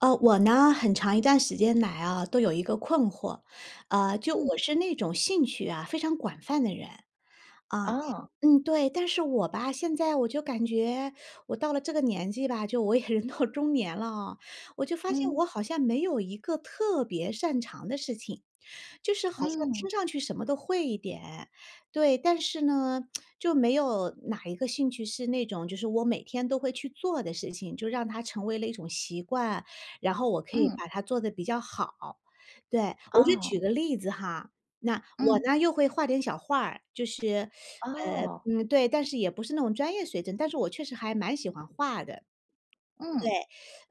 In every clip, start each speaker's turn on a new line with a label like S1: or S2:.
S1: 我呢，很长一段时间来啊，都有一个困惑，就
S2: 嗯，
S1: 我是那种兴趣啊非常广泛的人，啊，
S2: 啊，
S1: 嗯，对，但是我吧，现在我就感觉我到了这个年纪吧，就我也人到中年了啊，我就发现
S2: 嗯，
S1: 我好像没有一个特别擅长的事情，就是好像听
S2: 嗯，
S1: 上去什么都会一点，对，但是呢，就没有哪一个兴趣是那种就是我每天都会去做的事情，就让它成为了一种习惯，然后我可以
S2: 嗯，
S1: 把它做得比较好。对，我就
S2: 啊，
S1: 举个例子哈，那我
S2: 嗯，
S1: 呢，又会画点小画儿，就是，
S2: 啊，
S1: 嗯，对，但是也不是那种专业水准，但是我确实还蛮喜欢画的。
S2: 嗯，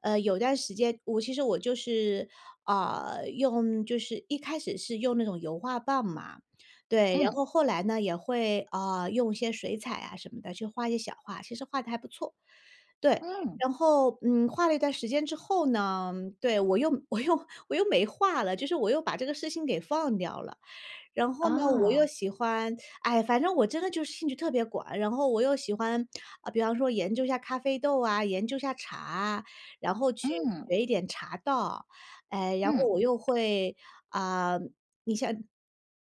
S1: 有段时间我其实我就是，啊，呃用就是一开始是用那种油画棒嘛，对，然
S2: 嗯，
S1: 后后来呢也会，用一些水彩啊什么的去画一些小画，其实画的还不错。对，
S2: 嗯，
S1: 然后，嗯，画了一段时间之后呢，对，我又 我又没画了，就是我又把这个事情给放掉了。然后呢，我又
S2: 啊，
S1: 喜欢哎，反正我真的就是兴趣特别广，然后我又喜欢，啊，比方说研究一下咖啡豆啊，研究一下茶啊然后去
S2: 嗯，
S1: 学一点茶道，哎，然后
S2: 嗯
S1: 我又会啊、你像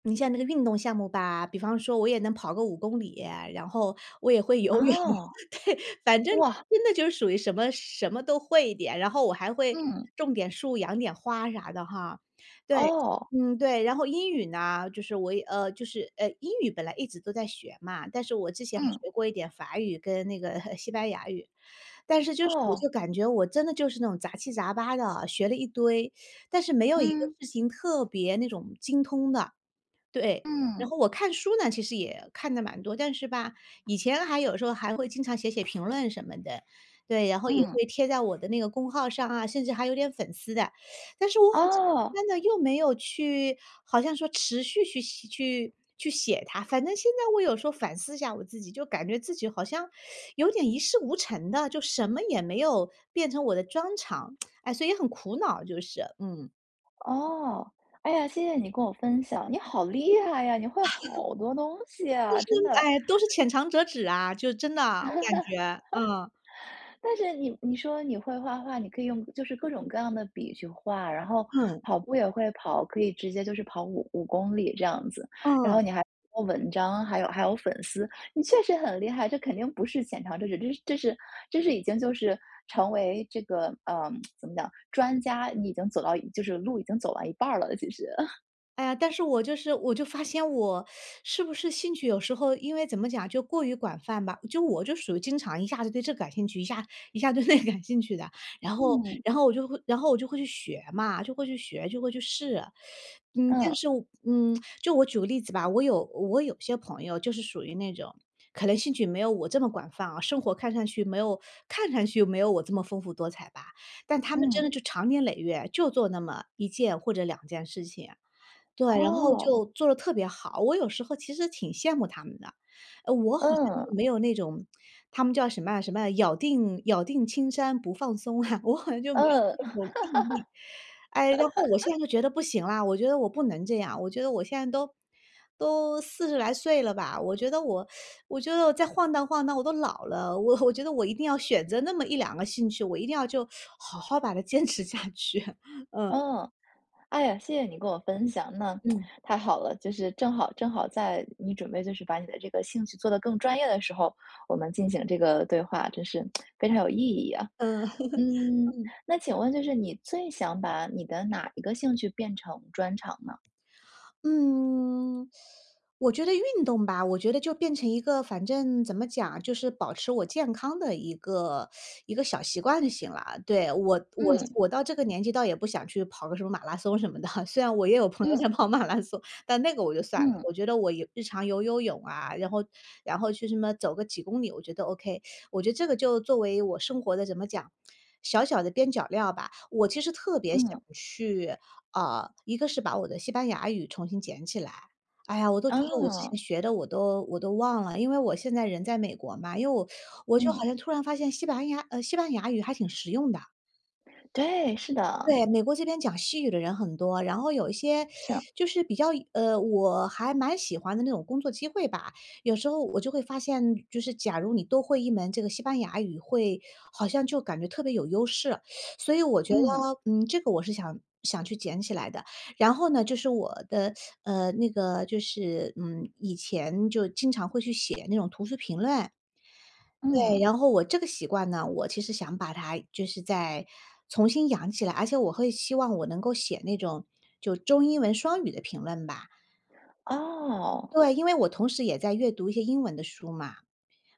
S1: 你像那个运动项目吧，比方说我也能跑个5公里，然后我也会游
S2: 哦，
S1: 泳，
S2: 啊
S1: 对，反正
S2: 哇，
S1: 真的就是属于什么什么都会一点，然后我还会
S2: 嗯，
S1: 种点树、养点花啥的哈，对。
S2: 哦，
S1: 嗯，对，然后英语呢，就是我也呃，就是呃，英语本来一直都在学嘛，但是我之前还
S2: 嗯，
S1: 学过一点法语跟那个 西班牙语，但是就是我
S2: 哦，
S1: 就感觉我真的就是那种杂七杂八的，学了一堆，但是没有一个
S2: 嗯，
S1: 事情特别那种精通的。对，然
S2: 嗯，
S1: 后我看书呢，其实也看的蛮多，但是吧，以前还有时候还会经常写写评论什么的，对，然后也
S2: 嗯，
S1: 会贴在我的那个公号上啊，甚至还有点粉丝的。但是我好像
S2: 哦，
S1: 慢慢的又没有去好像说持续去写它，反正现在我有时候反思一下我自己，就感觉自己好像有点一事无成的，就什么也没有变成我的专长，哎，所以也很苦恼就是，嗯。
S2: 哦，哎呀，谢谢你跟我分享，你好厉害呀，你会好多东西
S1: 但
S2: 啊，
S1: 是，
S2: 真的。
S1: 哎，都是浅尝辄止啊，就真的，我感觉，嗯，
S2: 但是你说你会画画，你可以用就是各种各样的笔去画，然后
S1: 嗯，
S2: 跑步也会跑，可以直接就是跑五公里这样子，然
S1: 嗯。
S2: 后你还做文章，还有粉丝，你确实很厉害，这肯定不是浅尝辄止，这是已经就是成为这个怎么讲专家，你已经走到就是路已经走完一半儿了，其实。
S1: 哎呀，但是我就发现我是不是兴趣有时候因为怎么讲，就过于广泛吧，就我就属于经常一下子对这感兴趣，一下对那感兴趣的，然后
S2: 嗯
S1: 我就会去学嘛，就会去学，就会去试。嗯，但
S2: 嗯
S1: 是我嗯，就我举个例子吧，我有些朋友就是属于那种可能兴趣没有我这么广泛啊，生活看上去没有我这么丰富多彩吧，但他们真
S2: 嗯，
S1: 的就长年累月就做那么一件或者两件事情。对，然后
S2: 哦，
S1: 就做得特别好，我有时候其实挺羡慕他们的。呃，我好像
S2: 嗯
S1: 就没有那种他们叫什么啊什么啊咬定青山不放松啊，我好像就没有
S2: 嗯
S1: 那种毅力。哎，然后我现在就觉得不行啦，我觉得我不能这样，我觉得我现在都40来岁了吧，我觉得我再晃荡晃荡我都老了，我觉得我一定要选择那么一两个兴趣，我一定要就好好把它坚持下去，嗯，
S2: 嗯。哎呀，谢谢你跟我分享，那
S1: 嗯。
S2: 太好了，就是正好正好在你准备就是把你的这个兴趣做得更专业的时候，我们进行这个对话，真是非常有意义啊。
S1: 嗯。
S2: 嗯，那请问就是你最想把你的哪一个兴趣变成专长呢？
S1: 嗯，我觉得运动吧，我觉得就变成一个，反正怎么讲，就是保持我健康的一个小习惯就行了。对，我我
S2: 嗯
S1: 我到这个年纪倒也不想去跑个什么马拉松什么的，虽然我也有朋友在
S2: 嗯
S1: 跑马拉松，但那个我就算了。
S2: 嗯
S1: 我觉得我有日常游游泳啊，然后去什么走个几公里，我觉得 OK。我觉得这个就作为我生活的怎么讲，小小的边角料吧。我其实特别想
S2: 嗯，
S1: 去。啊，一个是把我的西班牙语重新捡起来。哎呀，我都觉得我之前
S2: 哦，
S1: 学的我都忘了，因为我现在人在美国嘛，因为我我就好
S2: 嗯，
S1: 像突然发现西班牙呃，西班牙语还挺实用的。
S2: 对，是的，
S1: 对，美国这边讲西语的人很多，然后有一些
S2: 是，
S1: 就是比较我还蛮喜欢的那种工作机会吧。有时候我就会发现，就是假如你多会一门这个西班牙语，会好像就感觉特别有优势。所以我觉
S2: 嗯
S1: 得，嗯，这个我是想想去捡起来的。然后呢，就是我的以前就经常会去写那种图书评论，对，
S2: 嗯，
S1: 然后我这个习惯呢，我其实想把它就是再重新养起来，而且我会希望我能够写那种就中英文双语的评论吧。
S2: 哦，
S1: 对，因为我同时也在阅读一些英文的书嘛，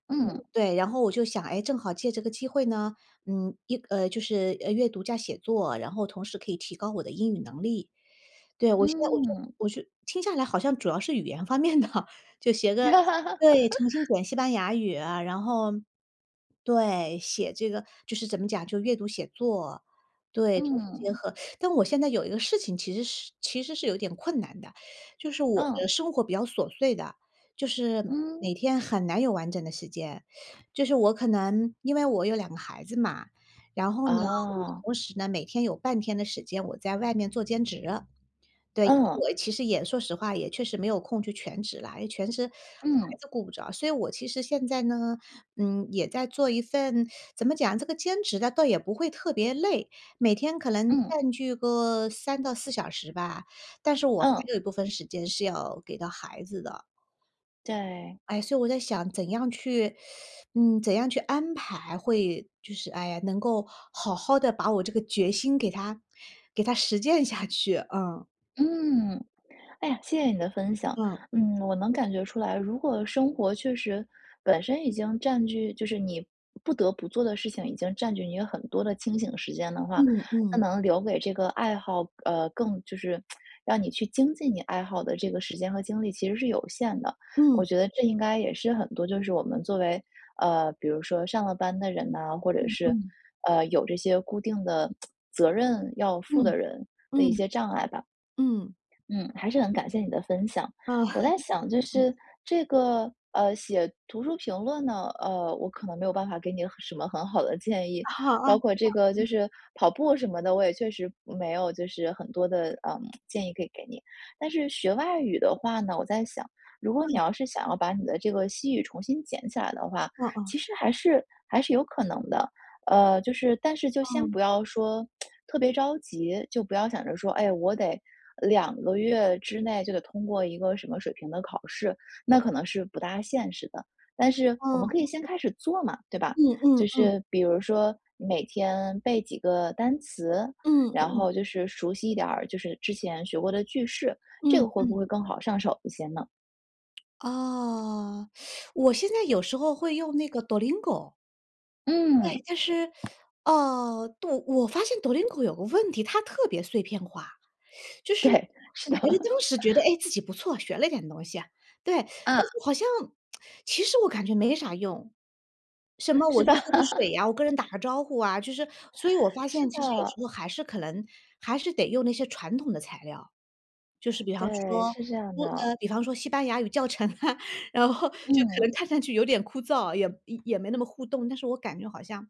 S2: 嗯
S1: 对，然后我就想，哎，正好借这个机会呢，嗯，一呃，就是呃阅读加写作，然后同时可以提高我的英语能力。对，我现在我就
S2: 嗯，
S1: 我就听下来好像主要是语言方面的，就写个
S2: 哈哈哈，
S1: 对，重新点西班牙语啊，然后对，写这个就是怎么讲，就阅读写作，对，同时结
S2: 嗯
S1: 合。但我现在有一个事情其实是有点困难的，就是我
S2: 嗯，
S1: 的生活比较琐碎的，就是
S2: 嗯
S1: 每天很难有完整的时间。就是我可能因为我有2个孩子嘛，然后呢，我
S2: 啊
S1: 同时呢，每天有半天的时间我在外面做兼职。对，
S2: 嗯。
S1: 我其实也说实话，也确实没有空去全职了，因为全职孩
S2: 嗯，
S1: 子顾不着。所以我其实现在呢，嗯，也在做一份怎么讲，这个兼职的倒也不会特别累，每天可能
S2: 嗯，
S1: 占据个3到4小时吧，但是我
S2: 嗯，
S1: 还有一部分时间是要给到孩子的。
S2: 对，
S1: 哎，所以我在想怎样去嗯，怎样去安排会就是哎呀，能够好好的把我这个决心给他，给他实践下去，嗯，
S2: 嗯。哎呀，谢谢你的分享。
S1: 嗯，
S2: 嗯，我能感觉出来，如果生活确实本身已经占据，就是你不得不做的事情已经占据你很多的清醒时间的话，那
S1: 嗯
S2: 能留给这个爱好，更就是让你去精进你爱好的这个时间和精力其实是有限的。我
S1: 嗯，
S2: 觉得这应该也是很多，就是我们作为比如说上了班的人呐、或者
S1: 嗯，
S2: 是
S1: 嗯
S2: 有这些固定的责任要负
S1: 嗯，
S2: 的人的一
S1: 嗯，
S2: 些障碍吧。
S1: 嗯，嗯，
S2: 嗯，还是很感谢你的分享。我在想，就
S1: 嗯，
S2: 是这个写图书评论呢，我可能没有办法给你什么很好的建议，
S1: 啊啊，
S2: 包括这个就
S1: 嗯，
S2: 是跑步什么的，我也确实没有就是很多的建议可以给你。但是学外语的话呢，我在想，如果你要是想要把你的这个西语重新捡起来的话，
S1: 嗯嗯，
S2: 其实还是有可能的。就是但是就先
S1: 嗯，
S2: 不要说特别着急，就不要想着说，哎，我得2个月之内就得通过一个什么水平的考试，那可能是不大现实的。但是我们
S1: 嗯，
S2: 可以先开始做嘛，对吧？就
S1: 嗯，
S2: 是比如说你每天背几个单词，
S1: 嗯，嗯，
S2: 然
S1: 嗯，
S2: 后就是熟悉一点儿，就是之前学过的句式，这
S1: 嗯。
S2: 个会不会更好上手一些呢？
S1: 啊，我现在有时候会用那个 Duolingo,对，
S2: 嗯，
S1: 但是，对，我发现 Duolingo 有个问题，它特别碎片化。就 是
S2: 对，是的，
S1: 觉得当时觉得，哎，自己不错，学了点东西啊。对，
S2: 嗯，
S1: 好像其实我感觉没啥用。什么
S2: 是
S1: 我就
S2: 吧？
S1: 喝个水 呀，我跟人打个招呼啊，就是所以我发
S2: 是
S1: 现其实有
S2: 的，
S1: 时候还是可能还是得用那些传统的材料。就是比方
S2: 对，
S1: 说
S2: 是这样的，
S1: 比方说西班牙语教程啊，然后就可能
S2: 嗯
S1: 看上去有点枯燥，也也没那么互动，但是我感觉好像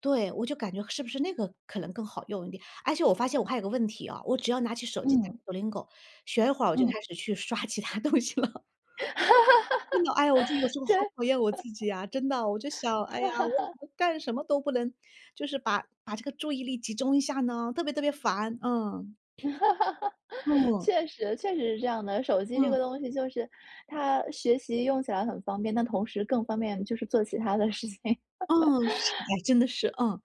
S1: 对，我就感觉是不是那个可能更好用一点。而且我发现我还有个问题啊，我只要拿起手机打
S2: 嗯
S1: Duolingo,学一会儿我就
S2: 嗯，
S1: 开始去刷其他东西了。真的，哎呀，我就有时候好
S2: 对。
S1: 讨厌我自己啊，真的，我就想，哎呀，我怎么干什么都不能，就是把这个注意力集中一下呢，特别特别烦，嗯，嗯，
S2: 确实，确实是这样的。手机这
S1: 嗯。
S2: 个东西就是它学习用起来很方便，但同时更方便就是做其他的事情。
S1: 嗯，是哎，真的是，嗯，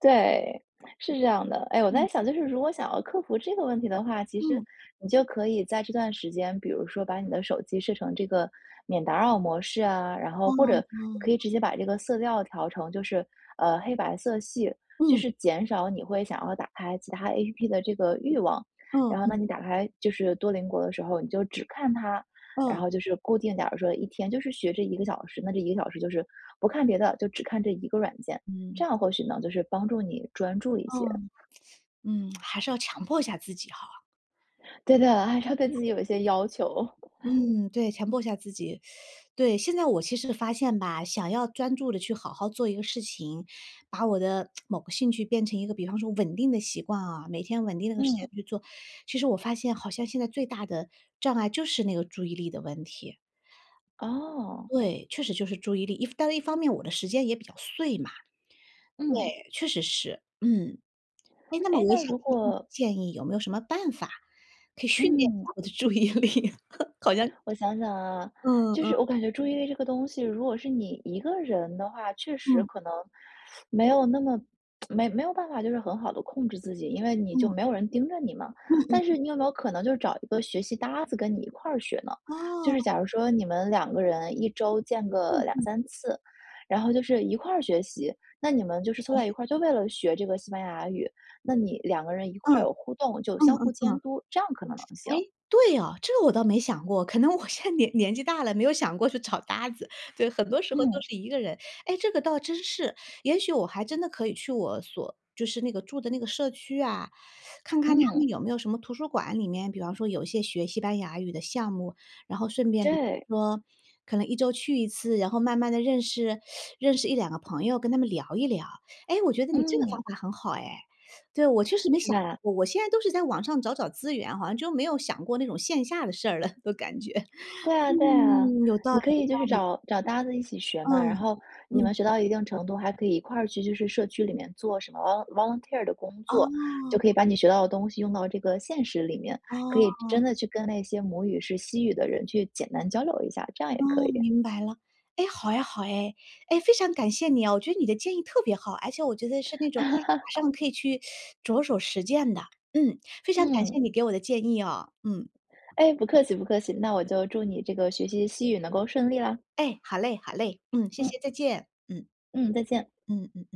S2: 对，是这样的。哎，我在
S1: 嗯，
S2: 想，就是如果想要克服这个问题的话，其实
S1: 嗯，
S2: 你就可以在这段时间，比如说把你的手机设成这个免打扰模式啊，然后或者
S1: 嗯，
S2: 你可
S1: 嗯，
S2: 以直接把这个色调调成就是黑白色系，就
S1: 嗯，
S2: 是减少你会想要打开其他 APP 的这个欲望。
S1: 嗯，
S2: 然后
S1: 嗯，
S2: 呢，你打开就是多邻国的时候，你就只看它，然
S1: 嗯，
S2: 后就是固定，假如说一天就是学这一个小时，那这一个小时就是不看别的，就只看这一个软件。这
S1: 嗯，
S2: 样或许呢，就是帮助你专注一些。
S1: 嗯，嗯，还是要强迫一下自己哈。
S2: 对的，还是要对自己有一些要求。
S1: 嗯，对，强迫一下自己。对，现在我其实发现吧，想要专注的去好好做一个事情，把我的某个兴趣变成一个比方说稳定的习惯啊，每天稳定那个时间
S2: 嗯，
S1: 去做，其实我发现好像现在最大的障碍就是那个注意力的问题。
S2: 哦，
S1: 对，确实就是注意力，但是一方面我的时间也比较碎嘛。
S2: 嗯，
S1: 对，确实是，嗯。哎，那么
S2: 哎，
S1: 我也
S2: 那
S1: 想
S2: 如
S1: 听听你的
S2: 果
S1: 建议，有没有什么办法可以训练一
S2: 嗯。
S1: 下我的注意力？好像
S2: 我想想啊，
S1: 嗯
S2: 就
S1: 嗯
S2: 是我感觉注意力这个东西，如果是你一个人的话，确实
S1: 嗯
S2: 可能没有那么没有办法，就是很好的控制自己，因为你就
S1: 嗯
S2: 没有人盯着你嘛。
S1: 嗯
S2: 但
S1: 嗯。
S2: 是你有没有可能就找一个学习搭子跟你一块儿学呢？就
S1: 哦，
S2: 是假如说你们两个人一周见个
S1: 嗯
S2: 两
S1: 嗯，
S2: 三次，然后就是一块儿学习，那你们就是
S1: 哎，
S2: 凑在一块儿，就为了学这个西班牙语，那你两个人一
S1: 嗯，
S2: 块儿有互动，就
S1: 嗯
S2: 相
S1: 嗯
S2: 互监
S1: 嗯。
S2: 督，这样可能能行。
S1: 哎，对哦，这个我倒没想过，可能我现在年 年纪大了，没有想过去找搭子，对，很多时候都
S2: 嗯
S1: 是一个人。哎，这个倒真是，也许我还真的可以去我所就是那个住的那个社区啊，看看他
S2: 嗯，
S1: 们有没有什么图书馆里面，比方说有一些学西班牙语的项目，然后顺便比
S2: 对。
S1: 方说可能一周去一次，然后慢慢的认识认识一两个朋友，跟他们聊一聊。哎，我觉得你这个方
S2: 嗯，
S1: 法很好哎。对，我确实没
S2: 是
S1: 想
S2: 吧？
S1: 过，我现在都是在网上找找资源，好像就没有想过那种线下的事儿了，都感觉。
S2: 对啊对啊，
S1: 嗯，有道
S2: 你
S1: 理。
S2: 可以就是找找搭子一起学嘛，然
S1: 嗯，
S2: 后你
S1: 嗯，
S2: 们学到一定程度，还可以一块儿去就是社区里面做什么 vol volunteer 的工作，就可以把你学到的东西用到这个现实里面，可以
S1: 哦，
S2: 真的去跟那些母语是西语的人去简单交流一下，这样也
S1: 哦，
S2: 可以。
S1: 明白了。哎，好呀，好哎，哎，非常感谢你啊，我觉得你的建议特别好，而且我觉得是那种马上可以去着手实践的。嗯，非常感谢
S2: 嗯，
S1: 你给我的建议哦。嗯，
S2: 哎，不客气不客气，那我就祝你这个学习西语能够顺利啦。
S1: 哎，好嘞，好嘞，嗯，谢
S2: 嗯
S1: 谢，再见。嗯
S2: 嗯，再见。
S1: 嗯。